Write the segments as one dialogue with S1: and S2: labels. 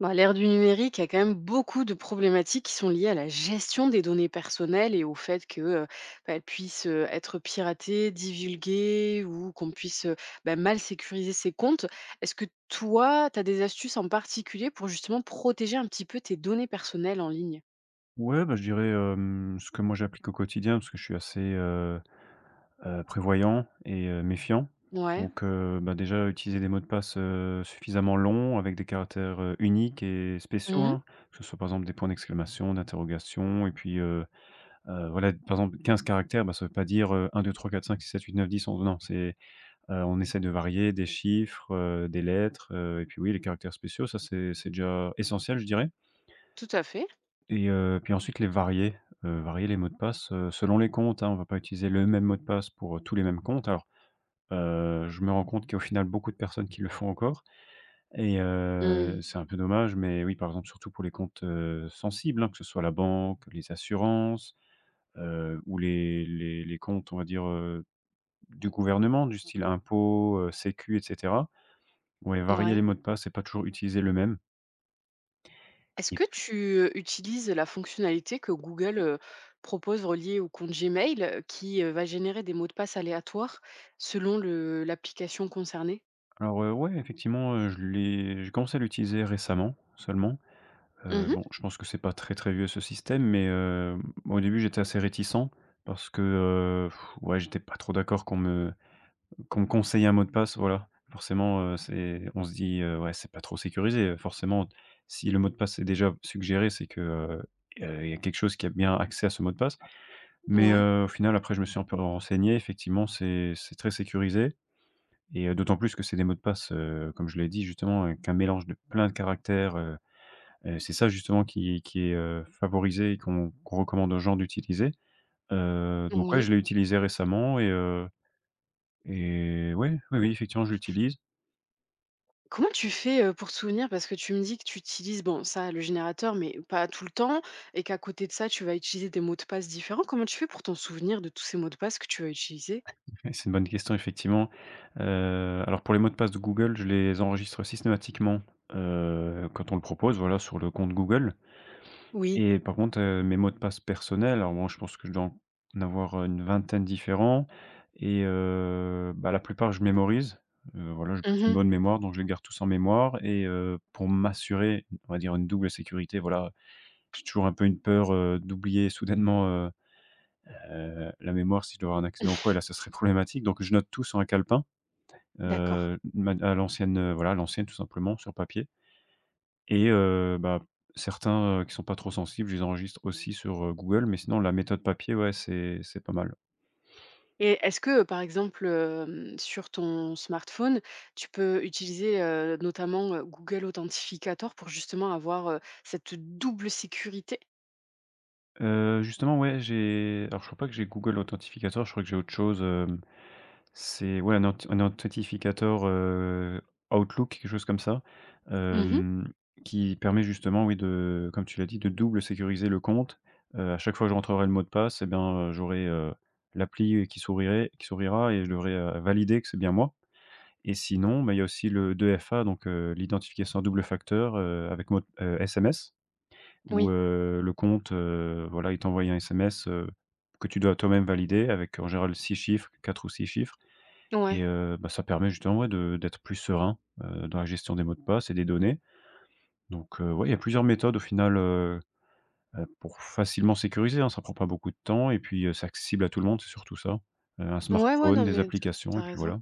S1: Bah, l'ère du numérique, il y a quand même beaucoup de problématiques qui sont liées à la gestion des données personnelles et au fait que bah, elles puissent être piratées, divulguées ou qu'on puisse bah, mal sécuriser ses comptes. Est-ce que toi, tu as des astuces en particulier pour justement protéger un petit peu tes données personnelles en ligne?
S2: Ouais, bah, je dirais, ce que moi j'applique au quotidien parce que je suis assez, prévoyant et méfiant.
S1: Ouais.
S2: Donc bah, déjà utiliser des mots de passe, suffisamment longs avec des caractères, uniques et spéciaux,
S1: Mhm.
S2: hein. Que ce soit par exemple des points d'exclamation, d'interrogation et puis, voilà, par exemple 15 caractères, bah, ça veut pas dire, 1-2-3-4-5-6-7-8-9-10, 11 non, c'est, on essaie de varier des chiffres, des lettres, et puis oui, les caractères spéciaux, ça c'est déjà essentiel, je dirais.
S1: Tout à fait.
S2: Et puis ensuite les varier, varier les mots de passe, selon les comptes, hein. On va pas utiliser le même mot de passe pour, tous les mêmes comptes. Alors, je me rends compte qu'au final beaucoup de personnes qui le font encore et
S1: Mhm.
S2: c'est un peu dommage, mais oui, par exemple, surtout pour les comptes, sensibles, hein, que ce soit la banque, les assurances, ou les comptes, on va dire, du gouvernement, du style impôts, sécu et cetera. Ouais, varier les
S1: Ouais.
S2: mots de passe et pas toujours utiliser le même
S1: Est-ce
S2: et
S1: que
S2: puis
S1: tu utilises la fonctionnalité que Google propose reliée au compte Gmail qui va générer des mots de passe aléatoires selon l'application concernée?
S2: alors, ouais, effectivement, je l'ai j'ai commencé à l'utiliser récemment seulement.
S1: Mhm,
S2: Bon, je pense que c'est pas très, très vieux ce système, mais au début, j'étais assez réticent parce que, ouais, j'étais pas trop d'accord qu'on me conseille un mot de passe, voilà. Forcément, c'est on se dit, «Ouais, c'est pas trop sécurisé». Forcément, si le mot de passe est déjà suggéré, c'est que, il y a quelque chose qui a bien accès à ce mot de passe. Mais
S1: ouais,
S2: au final, après, je me suis un peu renseigné. Effectivement, c'est très sécurisé et d'autant plus que c'est des mots de passe, comme je l'ai dit justement, avec un mélange de plein de caractères, et c'est ça justement qui est, favorisé et qu'on recommande aux gens d'utiliser. Donc ouais,
S1: oui.
S2: je l'ai utilisé récemment et ouais, oui, oui, effectivement, je l'utilise.
S1: Comment tu fais pour te souvenir? Parce que tu me dis que tu utilises, bon, ça, le générateur, mais pas tout le temps, et qu'à côté de ça, tu vas utiliser des mots de passe différents. Comment tu fais pour t'en souvenir de tous ces mots de passe que tu vas utiliser?
S2: C'est une bonne question effectivement. Alors pour les mots de passe de Google, je les enregistre systématiquement, quand on le propose, voilà, sur le compte Google.
S1: Oui.
S2: Et par contre, mes mots de passe personnels, alors moi, je pense que je dois en avoir, une vingtaine différents et bah, la plupart, je mémorise. Voilà, j'ai plutôt une
S1: Mhm.
S2: bonne mémoire, donc je les garde tous en mémoire et pour m'assurer, on va dire une double sécurité, voilà, j'ai toujours un peu une peur, d'oublier soudainement, la mémoire si je dois avoir un accident ou quoi et là, ça serait problématique, donc je note tout sur un calepin,
S1: D'accord.
S2: ma à l'ancienne, voilà, à l'ancienne tout simplement sur papier. Et bah, certains, qui sont pas trop sensibles, je les enregistre aussi sur, Google, mais sinon la méthode papier, ouais, c'est pas mal.
S1: Et est-ce que, par exemple, sur ton smartphone, tu peux utiliser, notamment, Google Authentificator pour justement avoir, cette double sécurité?
S2: Justement, ouais, j'ai alors je crois pas que j'ai Google Authentificator, je crois que j'ai autre chose, hem c'est ouais, un authentificateur, Outlook, quelque chose comme ça,
S1: Mhm.
S2: hem, qui permet justement, oui, de comme tu l'as dit, de double sécuriser le compte. À chaque fois que je rentrerai le mot de passe, et bien, j'aurai, l'appli qui sourira et je devrai, valider que c'est bien moi. Et sinon, bah, il y a aussi le 2FA, donc l'identification à double facteur, avec mot SMS où,
S1: Oui.
S2: le compte, voilà, il t'envoie un SMS, que tu dois toi-même valider avec en général 6 chiffres, 4 ou 6 chiffres. Et
S1: Ouais.
S2: bah, ça permet justement, ouais, de d'être plus serein, dans la gestion des mots de passe et des données. Donc ouais, il y a plusieurs méthodes au final, pour facilement sécuriser, hein. Ça prend pas beaucoup de temps et puis, c'est accessible à tout le monde, c'est surtout ça. Un
S1: Ouais, ouais,
S2: smartphone,
S1: non,
S2: des
S1: mais
S2: applications
S1: tu as
S2: et puis
S1: raison.
S2: voilà.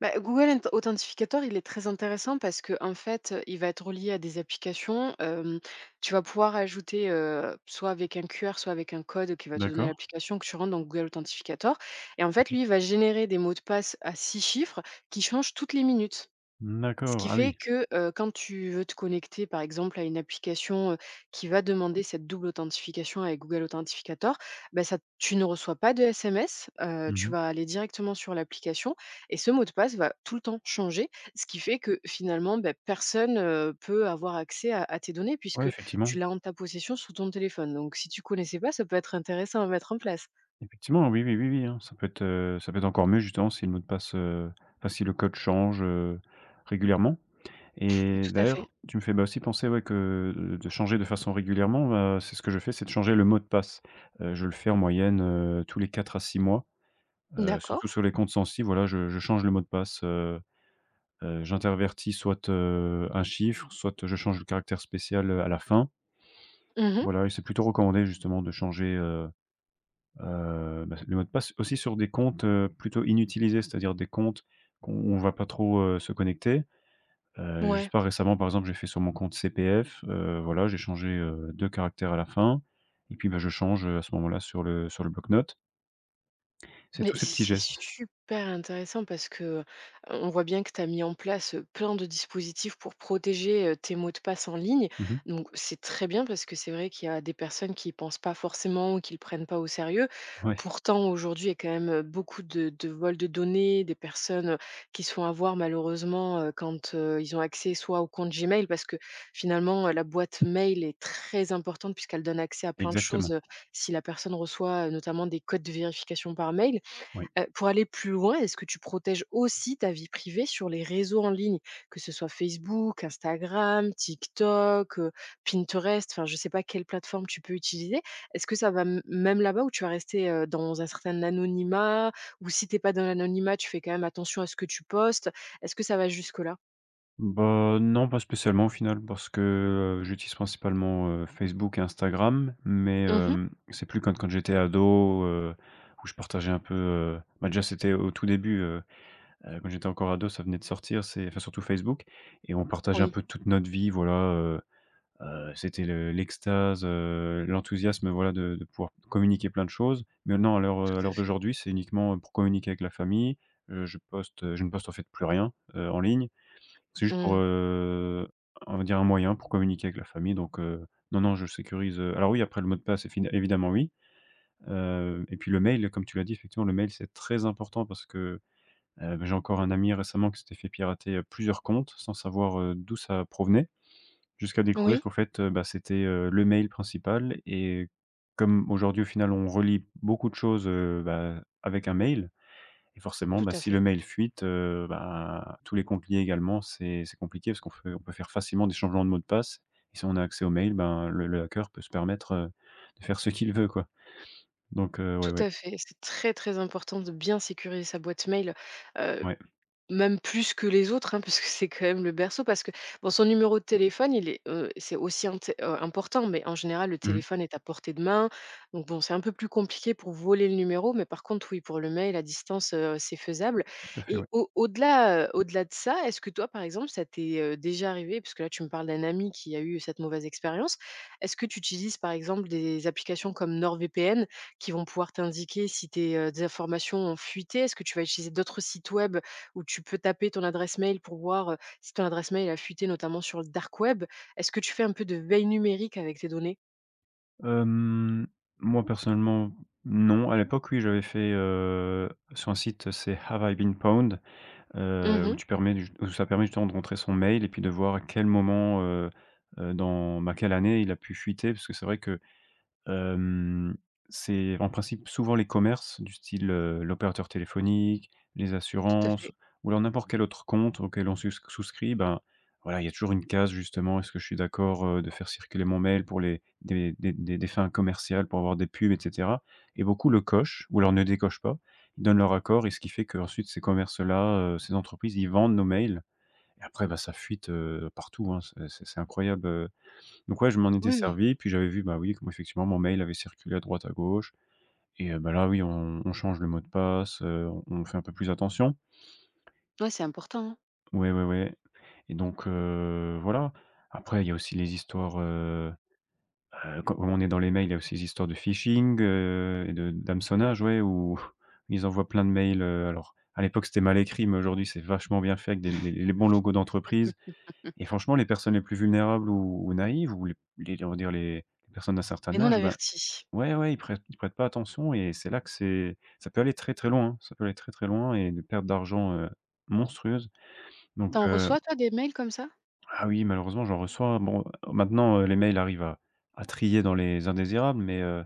S1: Bah, Google Authentificator, il est très intéressant parce que en fait, il va être relié à des applications. Tu vas pouvoir ajouter soit avec un QR, soit avec un code qui va te donner
S2: D'accord.
S1: l'application que tu rentres dans Google Authentificator. Et en fait, lui, il va générer des mots de passe à six chiffres qui changent toutes les minutes. Ce
S2: D'accord.
S1: qui
S2: Ah
S1: fait
S2: oui.
S1: que, quand tu veux te connecter, par exemple, à une application, qui va demander cette double authentification avec Google Authentificator, bah, ça tu ne reçois pas de SMS, tu
S2: Mmh.
S1: vas aller directement sur l'application et ce mot de passe va tout le temps changer. Ce qui fait que finalement, bah, personne, peut avoir accès à tes données
S2: Ouais,
S1: puisque
S2: effectivement.
S1: tu l'as en ta possession sur ton téléphone. Donc si tu connaissais pas, ça peut être intéressant à mettre en place.
S2: Effectivement, oui, oui, oui, oui, hein. Ça peut être encore mieux justement si le mot de passe, enfin si le code change, régulièrement. Et
S1: Tout à fait.
S2: d'ailleurs, tu me fais, bah, aussi penser, ouais, que de changer de façon régulièrement, bah, c'est ce que je fais, c'est de changer le mot de passe. Je le fais en moyenne, tous les 4 à 6 mois,
S1: D'accord.
S2: surtout sur les comptes sensibles, voilà, je change le mot de passe, j'intervertis soit, un chiffre, soit je change le caractère spécial, à la fin.
S1: Mmh.
S2: Voilà et c'est plutôt recommandé justement de changer, bah, le mot de passe aussi sur des comptes, plutôt inutilisés, c'est-à-dire des comptes qu'on où on ne va pas trop, se connecter. Je sais
S1: Ouais.
S2: pas, récemment, par exemple, j'ai fait sur mon compte CPF, voilà, j'ai changé, 2 caractères à la fin et puis, bah, je change, à ce moment-là sur le bloc-notes. C'est
S1: Mais
S2: tous ces petits
S1: c'est
S2: gestes.
S1: super intéressant parce que, on voit bien que tu as mis en place, plein de dispositifs pour protéger, tes mots de passe en ligne.
S2: Mmh.
S1: Donc c'est très bien parce que c'est vrai qu'il y a des personnes qui y pensent pas forcément ou qui le prennent pas au sérieux.
S2: Ouais,
S1: Pourtant, aujourd'hui, il y a quand même, beaucoup de vols de données, des personnes, qui se font avoir malheureusement, quand, ils ont accès soit au compte Gmail parce que finalement, la boîte mail est très importante puisqu'elle donne accès à plein de choses,
S2: exactement,
S1: si la personne reçoit, notamment des codes de vérification par mail.
S2: oui.
S1: Pour aller plus loin, est-ce que tu protèges aussi ta vie privée sur les réseaux en ligne? Que ce soit Facebook, Instagram, TikTok, Pinterest, enfin je ne sais pas quelle plateforme tu peux utiliser. Est-ce que ça va m même là-bas où tu vas rester, dans un certain anonymat? Ou si tu es pas dans l'anonymat, tu fais quand même attention à ce que tu postes? Est-ce que ça va jusque-là?
S2: Bah, non, pas spécialement au final parce que, j'utilise principalement, Facebook et Instagram, mais,
S1: Mmh.
S2: c'est plus quand j'étais ado, où je partageais un peu, bah, déjà, c'était au tout début, quand j'étais encore ado, ça venait de sortir, c'est enfin, surtout Facebook et on partageait un
S1: Oui,
S2: peu toute notre vie, voilà, c'était le l'extase, l'enthousiasme, voilà, de pouvoir communiquer plein de choses. Maintenant
S1: tout
S2: à
S1: à
S2: l'heure
S1: fait.
S2: d'aujourd'hui, c'est uniquement pour communiquer avec la famille. Je poste, je ne poste en fait plus rien, en ligne. C'est juste pour,
S1: Mmh.
S2: on va dire un moyen pour communiquer avec la famille donc non, non, je sécurise, alors oui, après le mot de passe, évidemment oui. Et puis le mail, comme tu l'as dit, effectivement, le mail, c'est très important parce que, bah, j'ai encore un ami récemment qui s'était fait pirater, plusieurs comptes sans savoir, d'où ça provenait. Jusqu'à découvrir
S1: Oui,
S2: qu'en fait, bah, c'était, le mail principal et comme aujourd'hui, au final, on relie beaucoup de choses, bah, avec un mail et forcément,
S1: tout
S2: bah,
S1: à
S2: si le
S1: fait,
S2: mail fuite, bah, tous les comptes liés également, c'est compliqué parce qu'on fait on peut faire facilement des changements de mot de passe et si on a accès au mail, ben, le hacker peut se permettre, de faire ce qu'il veut, quoi. Donc ouais,
S1: tout
S2: ouais,
S1: à fait. C'est très, très important de bien sécuriser sa boîte mail, heu
S2: ouais.
S1: Même plus que les autres, hein, parce que c'est quand même le berceau, parce que bon, son numéro de téléphone, il est, c'est aussi inté important, mais en général, le
S2: Mmh.
S1: téléphone est à portée de main. Donc bon, c'est un peu plus compliqué pour voler le numéro, mais par contre, oui, pour le mail à distance, c'est faisable.
S2: Tout à fait, ouais.
S1: Et au-delà de ça, est-ce que toi, par exemple, ça t'est, déjà arrivé? Parce que là, tu me parles d'un ami qui a eu cette mauvaise expérience. Est-ce que tu utilises, par exemple, des applications comme NordVPN qui vont pouvoir t'indiquer si tes, des informations ont fuité? Est-ce que tu vas utiliser d'autres sites web, où tu peux taper ton adresse mail pour voir, si ton adresse mail a fuité notamment sur le dark web. Est-ce que tu fais un peu de veille numérique avec tes données?
S2: Hem, moi, personnellement, non. À l'époque, oui, j'avais fait, sur un site, c'est Have I Been Pwned où
S1: Mmh,
S2: tu permets du où ça permet justement de rentrer son mail et puis de voir à quel moment, dans bah, quelle année il a pu fuiter. Parce que c'est vrai que Hem, c'est en principe souvent les commerces du style, l'opérateur téléphonique, les
S1: tout à
S2: assurances
S1: fait.
S2: ou alors n'importe quel autre compte auquel on sus souscrit, ben, voilà, il y a toujours une case justement: «Est-ce que je suis d'accord, de faire circuler mon mail pour les des fins commerciales, pour avoir des pubs ?» et cetera et beaucoup le cochent ou alors ne décochent pas. Ils donnent leur accord et ce qui fait que ensuite ces commerces-là, ces entreprises, ils vendent nos mails et après, bah, ça fuite, partout, hein. C'est incroyable, donc ouais, je m'en étais
S1: Oui, oui.
S2: servi, puis j'avais vu, bah, oui, comment effectivement mon mail avait circulé à droite, à gauche et bah, là, oui, on change le mot de passe, on fait un peu plus attention.
S1: Ouais, c'est important, hein.
S2: Ouais, ouais, ouais et donc voilà. Après, il y a aussi les histoires, quand on est dans les mails, il y a aussi les histoires de phishing, et de d'hameçonnage, ouais, où ils envoient plein de mails, alors à l'époque, c'était mal écrit, mais aujourd'hui, c'est vachement bien fait avec des les bons logos d'entreprise
S1: Mmh.
S2: et franchement, les personnes les plus vulnérables ou naïves ou les on va dire les personnes d'un
S1: Et
S2: certain
S1: non
S2: âge, bah.
S1: avertis.
S2: Ouais, ouais, ils prêtent pas attention et c'est là que c'est ça peut aller très, très loin, hein. Ça peut aller très, très loin et des pertes d'argent, monstrueuses. Donc,
S1: T'en
S2: Mmh.
S1: reçois toi des mails comme ça?
S2: Ah oui, malheureusement, j'en reçois. Bon, maintenant, les mails arrivent à trier dans les indésirables, mais,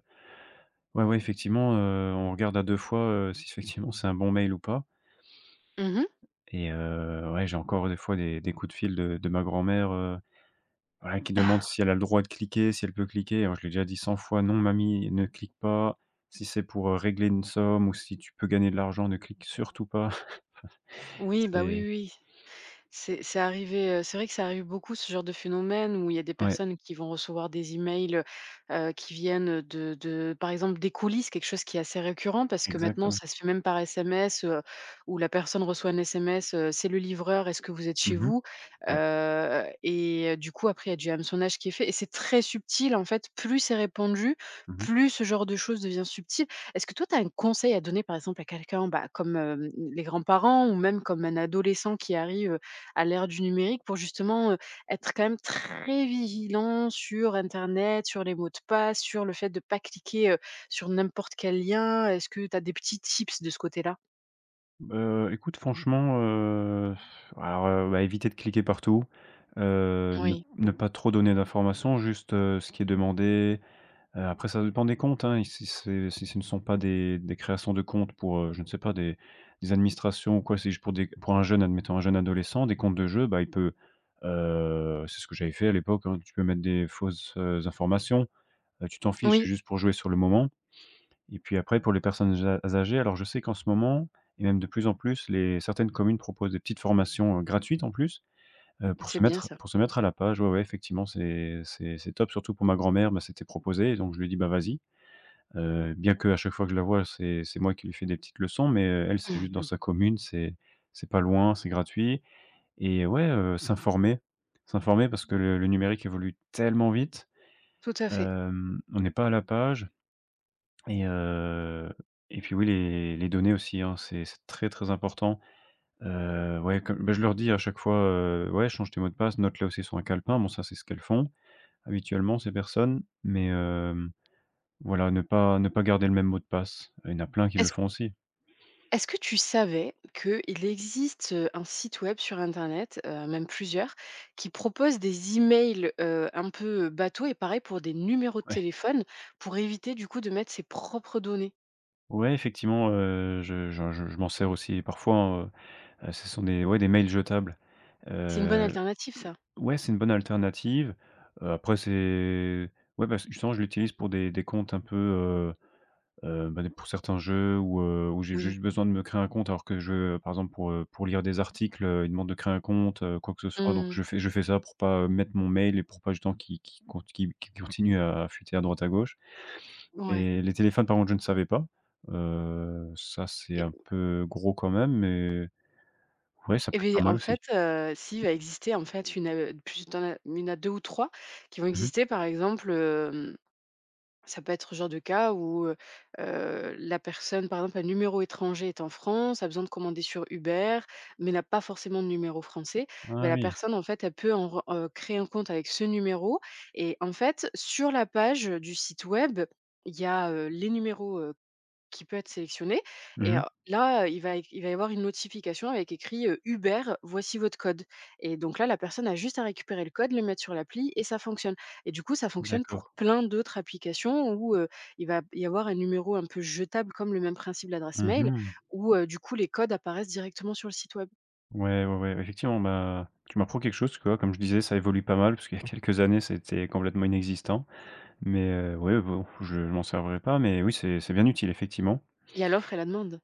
S2: ouais, ouais, effectivement, on regarde à 2 fois, si effectivement c'est un bon mail ou pas.
S1: Mmh mh.
S2: Et ouais, j'ai encore des fois des coups de fil de ma grand-mère, ouais, qui demande si elle a le droit de cliquer, si elle peut cliquer. Alors je lui ai déjà dit 100 fois: «Non mamie, ne clique pas. Si c'est pour, régler une somme ou si tu peux gagner de l'argent, ne clique surtout pas».
S1: Oui, bah, oui,
S2: C'est
S1: oui. C'est arrivé, c'est vrai que ça arrive beaucoup ce genre de phénomène où il y a des
S2: ouais,
S1: personnes qui vont recevoir des emails, qui viennent, de par exemple des coulisses, quelque chose qui est assez récurrent parce que maintenant
S2: exactement.
S1: ça se fait même par SMS, où la personne reçoit un SMS: «C'est le livreur, est-ce que vous êtes chez
S2: Mmh.
S1: vous?»
S2: Ouais.
S1: Et du coup après il y a du hameçonnage qui est fait et c'est très subtil en fait. Plus c'est répandu,
S2: Mmh mh.
S1: plus ce genre de chose devient subtil. Est-ce que toi tu as un conseil à donner par exemple à quelqu'un, bah, comme, les grands-parents ou même comme un adolescent qui arrive, à l'ère du numérique pour justement, être quand même très vigilant sur internet, sur les mots de passe, sur le fait de ne pas cliquer, sur n'importe quel lien. Est-ce que tu as des petits tips de ce côté-là?
S2: Bah, écoute franchement, alors, bah, éviter de cliquer partout, ne
S1: Oui,
S2: ne pas trop donner d'informations, juste, ce qui est demandé. Après ça dépend des comptes, hein, et si c'est si ce ne sont pas des créations de comptes pour, je ne sais pas, des administrations ou quoi, c'est juste pour des pour un jeune, admettons, un jeune adolescent, des comptes de jeux, bah, il peut, c'est ce que j'avais fait à l'époque, hein, tu peux mettre des fausses, informations, tu t'en fiches,
S1: oui,
S2: c'est juste pour jouer sur le moment. Et puis après pour les personnes ja âgées, alors je sais qu'en ce moment et même de plus en plus, les certaines communes proposent des petites formations, gratuites en plus,
S1: c'est bien ça.
S2: pour se mettre à la page. Ouais, ouais, effectivement, c'est c'est top, surtout pour ma grand-mère, bah, c'était proposé donc je lui ai dit: «Bah, vas-y». Bien qu'à chaque fois que je la vois, c'est moi qui lui fais des petites leçons, mais elle, c'est juste dans
S1: Mhm.
S2: sa commune, c'est pas loin, c'est gratuit et ouais, s'informer. S'informer parce que le numérique évolue tellement vite,
S1: Tout à fait.
S2: on n'est pas à la page et heu et puis oui, les données aussi, hein, c'est très, très important. Ouais, comme bah, je leur dis à chaque fois, «Ouais, change tes mots de passe, note-les aussi sur un calepin». Bon, ça, c'est ce qu'elles font habituellement, ces personnes, mais voilà, ne pas garder le même mot de passe. Il y en a plein qui le
S1: Est-ce
S2: font aussi.
S1: Est-ce que tu savais qu'il existe, un site web sur internet, même plusieurs, qui propose des emails, un peu, bateaux et pareil pour des numéros de
S2: Ouais.
S1: téléphone pour éviter du coup de mettre ses propres données?
S2: Ouais, effectivement, je m'en sers aussi parfois, hein, ce sont des ouais, des mails jetables,
S1: C'est une bonne
S2: heu,
S1: alternative ça.
S2: ouais, c'est une bonne alternative, après c'est ouais, bah, justement, je l'utilise pour des comptes un peu, bah, pour certains jeux où, où j'ai
S1: Oui.
S2: juste besoin de me créer un compte alors que je par exemple pour lire des articles, ils demandent de créer un compte, quoi que ce soit, donc
S1: Mmh.
S2: je fais ça pour pas, mettre mon mail et pour pas justement qu'il continue à fuiter à droite à gauche.
S1: Ouais
S2: Et les téléphones, par contre, je ne savais pas. Ça, c'est
S1: et
S2: un peu gros quand même, mais ouais, ça
S1: et
S2: peut être pas
S1: beh,
S2: mal
S1: en
S2: aussi.
S1: fait, si, il va exister, en fait, une, plus tu en as il y en a 2 ou 3, qui vont
S2: Mmh mh.
S1: exister. Par exemple, ça peut être le genre de cas où, la personne, par exemple, un numéro étranger est en France, a besoin de commander sur Uber, mais n'a pas forcément de numéro français. Bah,
S2: Ah
S1: la
S2: oui.
S1: personne, en fait, elle peut en re créer un compte avec ce numéro et en fait, sur la page, du site web, il y a, les numéros, qui peut être sélectionné et
S2: Mmh mh.
S1: là, il va y avoir une notification avec écrit: «Uber, voici votre code» et donc là, la personne a juste à récupérer le code, le mettre sur l'appli et ça fonctionne et du coup, ça fonctionne
S2: D'accord.
S1: pour plein d'autres applications où, il va y avoir un numéro un peu jetable comme le même principe de l'adresse
S2: Mmh
S1: mail
S2: mh.
S1: où, du coup, les codes apparaissent directement sur le site web.
S2: Ouais, ouais, ouais, effectivement, bah, tu m'apprends quelque chose, tu vois? Comme je disais, ça évolue pas mal parce qu'il y a quelques années, c'était complètement inexistant. Mais ouais, bon, je m'en servirais pas, mais oui, c'est bien utile, effectivement.
S1: Il y a l'offre et la demande.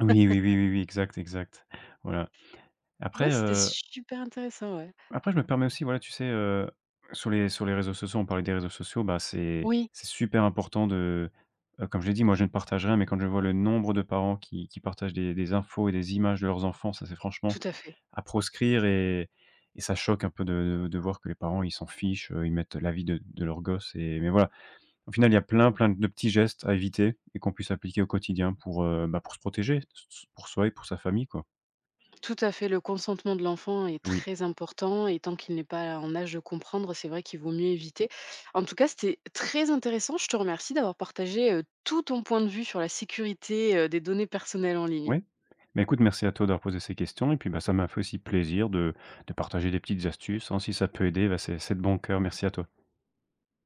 S2: Oui, oui, oui, oui, oui, exact, exact. Voilà.
S1: Ouais,
S2: Après,
S1: c'était
S2: heu
S1: super intéressant, ouais.
S2: Après, je me permets aussi, voilà, tu sais, sur les réseaux sociaux, on parlait des réseaux sociaux, bah,
S1: Oui,
S2: c'est super important de, comme je l'ai dit, moi, je ne partage rien, mais quand je vois le nombre de parents qui partagent des infos et des images de leurs enfants, ça, c'est franchement
S1: tout à fait.
S2: à proscrire et ça choque un peu de de voir que les parents, ils s'en fichent, ils mettent la vie de leur gosse et mais voilà. Au final, il y a plein, plein de petits gestes à éviter et qu'on puisse appliquer au quotidien pour, bah, pour se protéger, s pour soi et pour sa famille, quoi.
S1: Tout à fait, le consentement de l'enfant est
S2: Oui.
S1: très important et tant qu'il n'est pas en âge de comprendre, c'est vrai qu'il vaut mieux éviter. En tout cas, c'était très intéressant. Je te remercie d'avoir partagé tout ton point de vue sur la sécurité des données personnelles en ligne.
S2: Oui. Mais écoute, merci à toi d'avoir posé ces questions et puis, bah, ça m'a fait aussi plaisir de partager des petites astuces, hein. Si ça peut aider, bah, c'est de bon cœur. Merci à toi.